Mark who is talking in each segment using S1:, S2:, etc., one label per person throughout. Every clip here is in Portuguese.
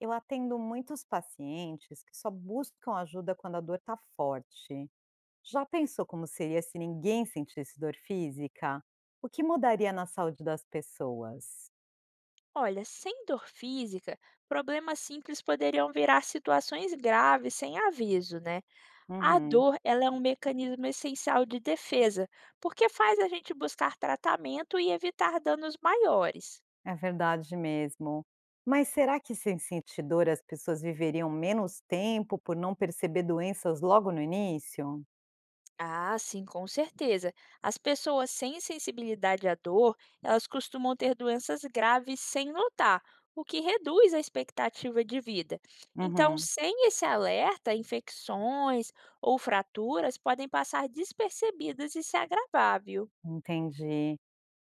S1: Eu atendo muitos pacientes que só buscam ajuda quando a dor está forte. Já pensou como seria se ninguém sentisse dor física? O que mudaria na saúde das pessoas?
S2: Olha, sem dor física, problemas simples poderiam virar situações graves sem aviso, né? A
S1: Uhum,
S2: dor, ela é um mecanismo essencial de defesa, porque faz a gente buscar tratamento e evitar danos maiores.
S1: é verdade mesmo. Mas será que sem sentir dor as pessoas viveriam menos tempo por não perceber doenças logo no início?
S2: Ah, sim, com certeza. As pessoas sem sensibilidade à dor, elas costumam ter doenças graves sem notar, o que reduz a expectativa de vida. Então,
S1: Uhum,
S2: sem esse alerta, infecções ou fraturas podem passar despercebidas e se agravar, viu?
S1: entendi.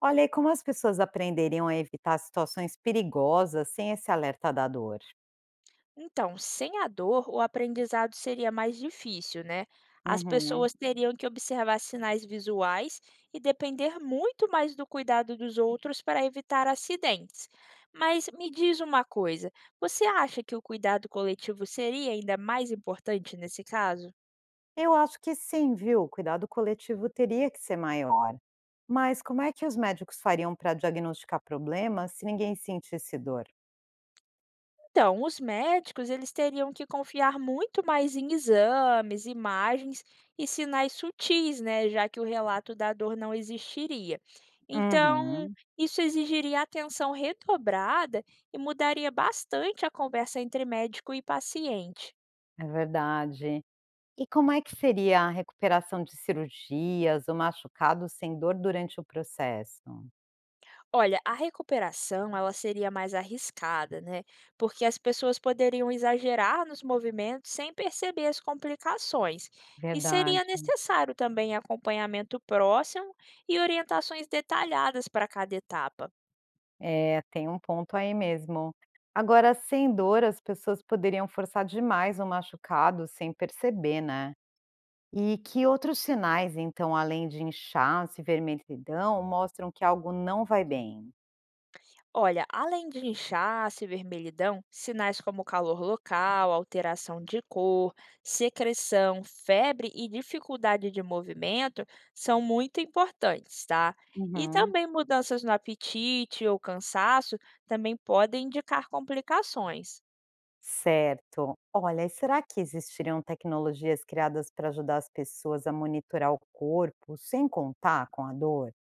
S1: Olha aí como as pessoas aprenderiam a evitar situações perigosas sem esse alerta da dor.
S2: Então, sem a dor, o aprendizado seria mais difícil, né? As
S1: Uhum.
S2: pessoas teriam que observar sinais visuais e depender muito mais do cuidado dos outros para evitar acidentes. Mas me diz uma coisa: você acha que o cuidado coletivo seria ainda mais importante nesse caso?
S1: Eu acho que sim, viu? O cuidado coletivo teria que ser maior. Mas como é que os médicos fariam para diagnosticar problemas se ninguém sentisse dor?
S2: Então, os médicos eles teriam que confiar muito mais em exames, imagens e sinais sutis, né, já que o relato da dor não existiria. Então,
S1: Uhum,
S2: isso exigiria atenção redobrada e mudaria bastante a conversa entre médico e paciente.
S1: é verdade. E como é que seria a recuperação de cirurgias ou machucados sem dor durante o processo?
S2: Olha, a recuperação ela seria mais arriscada, né? Porque as pessoas poderiam exagerar nos movimentos sem perceber as complicações. E
S1: Verdade.
S2: seria necessário também acompanhamento próximo e orientações detalhadas para cada etapa.
S1: É, tem um ponto aí mesmo. Agora, sem dor, as pessoas poderiam forçar demais o machucado sem perceber, né? E que outros sinais, então, além de inchaço e vermelhidão, mostram que algo não vai bem?
S2: Olha, além de inchaço e vermelhidão, sinais como calor local, alteração de cor, secreção, febre e dificuldade de movimento são muito importantes, tá? E
S1: Uhum.
S2: também mudanças no apetite ou cansaço também podem indicar complicações.
S1: Certo. Olha, e será que existiriam tecnologias criadas para ajudar as pessoas a monitorar o corpo sem contar com a dor?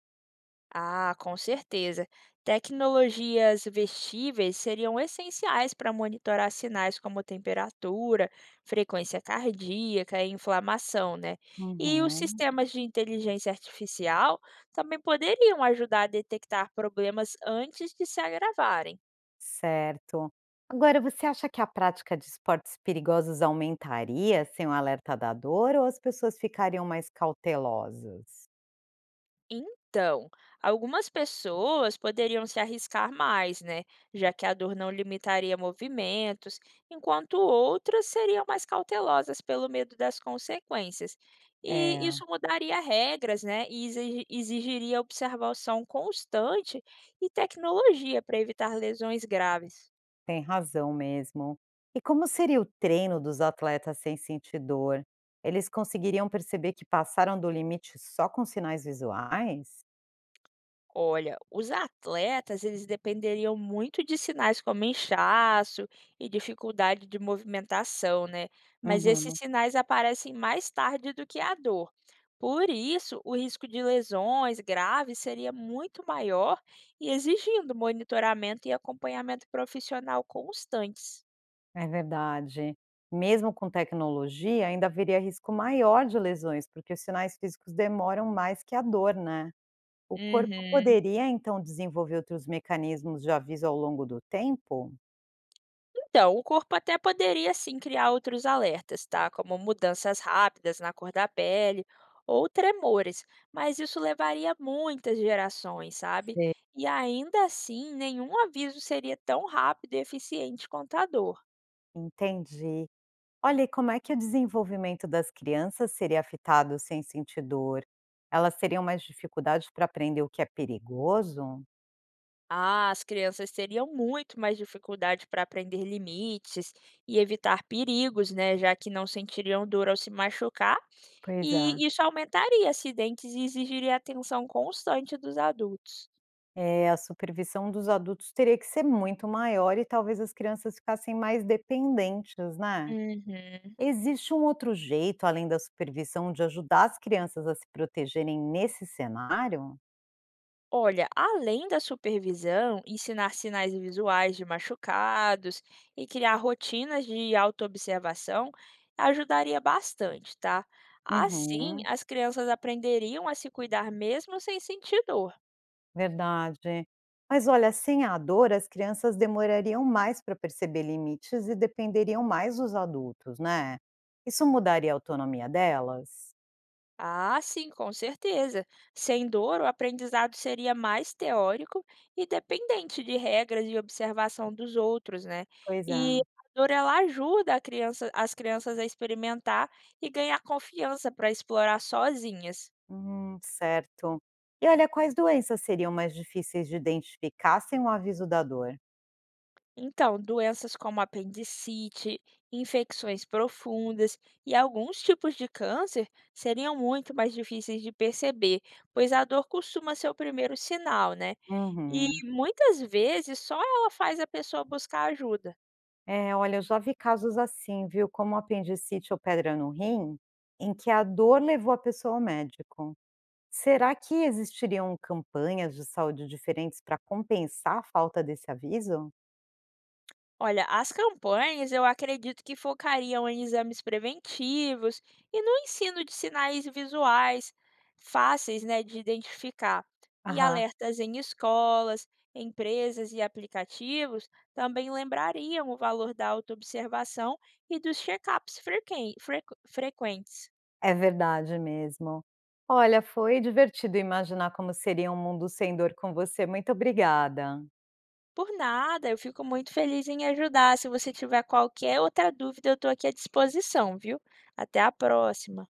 S2: Ah, com certeza. Tecnologias vestíveis seriam essenciais para monitorar sinais como temperatura, frequência cardíaca e inflamação, né? E os
S1: Uhum.
S2: sistemas de inteligência artificial também poderiam ajudar a detectar problemas antes de se agravarem.
S1: Certo. Agora, você acha que a prática de esportes perigosos aumentaria sem o alerta da dor ou as pessoas ficariam mais cautelosas?
S2: Então, algumas pessoas poderiam se arriscar mais, né? Já que a dor não limitaria movimentos, enquanto outras seriam mais cautelosas pelo medo das consequências. E
S1: É.
S2: isso mudaria regras, né? E exigiria observação constante e tecnologia para evitar lesões graves.
S1: Tem razão mesmo. E como seria o treino dos atletas sem sentir dor? Eles conseguiriam perceber que passaram do limite só com sinais visuais?
S2: Olha, os atletas, eles dependeriam muito de sinais como inchaço e dificuldade de movimentação, né? Mas esses
S1: Uhum,
S2: sinais aparecem mais tarde do que a dor. Por isso, o risco de lesões graves seria muito maior e exigindo monitoramento e acompanhamento profissional constantes.
S1: é verdade. Mesmo com tecnologia, ainda haveria risco maior de lesões, porque os sinais físicos demoram mais que a dor, né? O corpo
S2: Uhum.
S1: poderia então desenvolver outros mecanismos de aviso ao longo do tempo?
S2: Então, o corpo até poderia sim criar outros alertas, tá? Como mudanças rápidas na cor da pele ou tremores, mas isso levaria muitas gerações, sabe?
S1: Sei.
S2: E ainda assim, nenhum aviso seria tão rápido e eficiente quanto a dor.
S1: Entendi. Olha, e como é que o desenvolvimento das crianças seria afetado sem sentir dor? Elas teriam mais dificuldade para aprender o que é perigoso?
S2: Ah, as crianças teriam muito mais dificuldade para aprender limites e evitar perigos, né? Já que não sentiriam dor ao se machucar,
S1: Pois é.
S2: e isso aumentaria acidentes e exigiria atenção constante dos adultos.
S1: É, a supervisão dos adultos teria que ser muito maior e talvez as crianças ficassem mais dependentes, né?
S2: Uhum.
S1: Existe um outro jeito, além da supervisão, de ajudar as crianças a se protegerem nesse cenário?
S2: Olha, além da supervisão, ensinar sinais visuais de machucados e criar rotinas de autoobservação ajudaria bastante, tá? Assim,
S1: Uhum.
S2: as crianças aprenderiam a se cuidar mesmo sem sentir dor.
S1: Verdade. Mas olha, sem a dor, as crianças demorariam mais para perceber limites e dependeriam mais dos adultos, né? Isso mudaria a autonomia delas?
S2: Ah, sim, com certeza. Sem dor, o aprendizado seria mais teórico e dependente de regras e observação dos outros, né?
S1: Pois é.
S2: E a dor ela ajuda a as crianças a experimentar e ganhar confiança para explorar sozinhas.
S1: Certo. E olha, quais doenças seriam mais difíceis de identificar sem o aviso da dor?
S2: Então, doenças como apendicite, infecções profundas e alguns tipos de câncer seriam muito mais difíceis de perceber, pois a dor costuma ser o primeiro sinal, né? E
S1: Uhum.
S2: muitas vezes só ela faz a pessoa buscar ajuda.
S1: É, olha, eu já vi casos assim, viu? Como apendicite ou pedra no rim, em que a dor levou a pessoa ao médico. Será que existiriam campanhas de saúde diferentes para compensar a falta desse aviso?
S2: Olha, as campanhas eu acredito que focariam em exames preventivos e no ensino de sinais visuais fáceis, né, de identificar. E
S1: Aham,
S2: alertas em escolas, empresas e aplicativos também lembrariam o valor da autoobservação e dos check-ups frequentes.
S1: é verdade mesmo. Olha, foi divertido imaginar como seria um mundo sem dor com você. Muito obrigada.
S2: Por nada, eu fico muito feliz em ajudar. Se você tiver qualquer outra dúvida, eu estou aqui à disposição, viu? Até a próxima.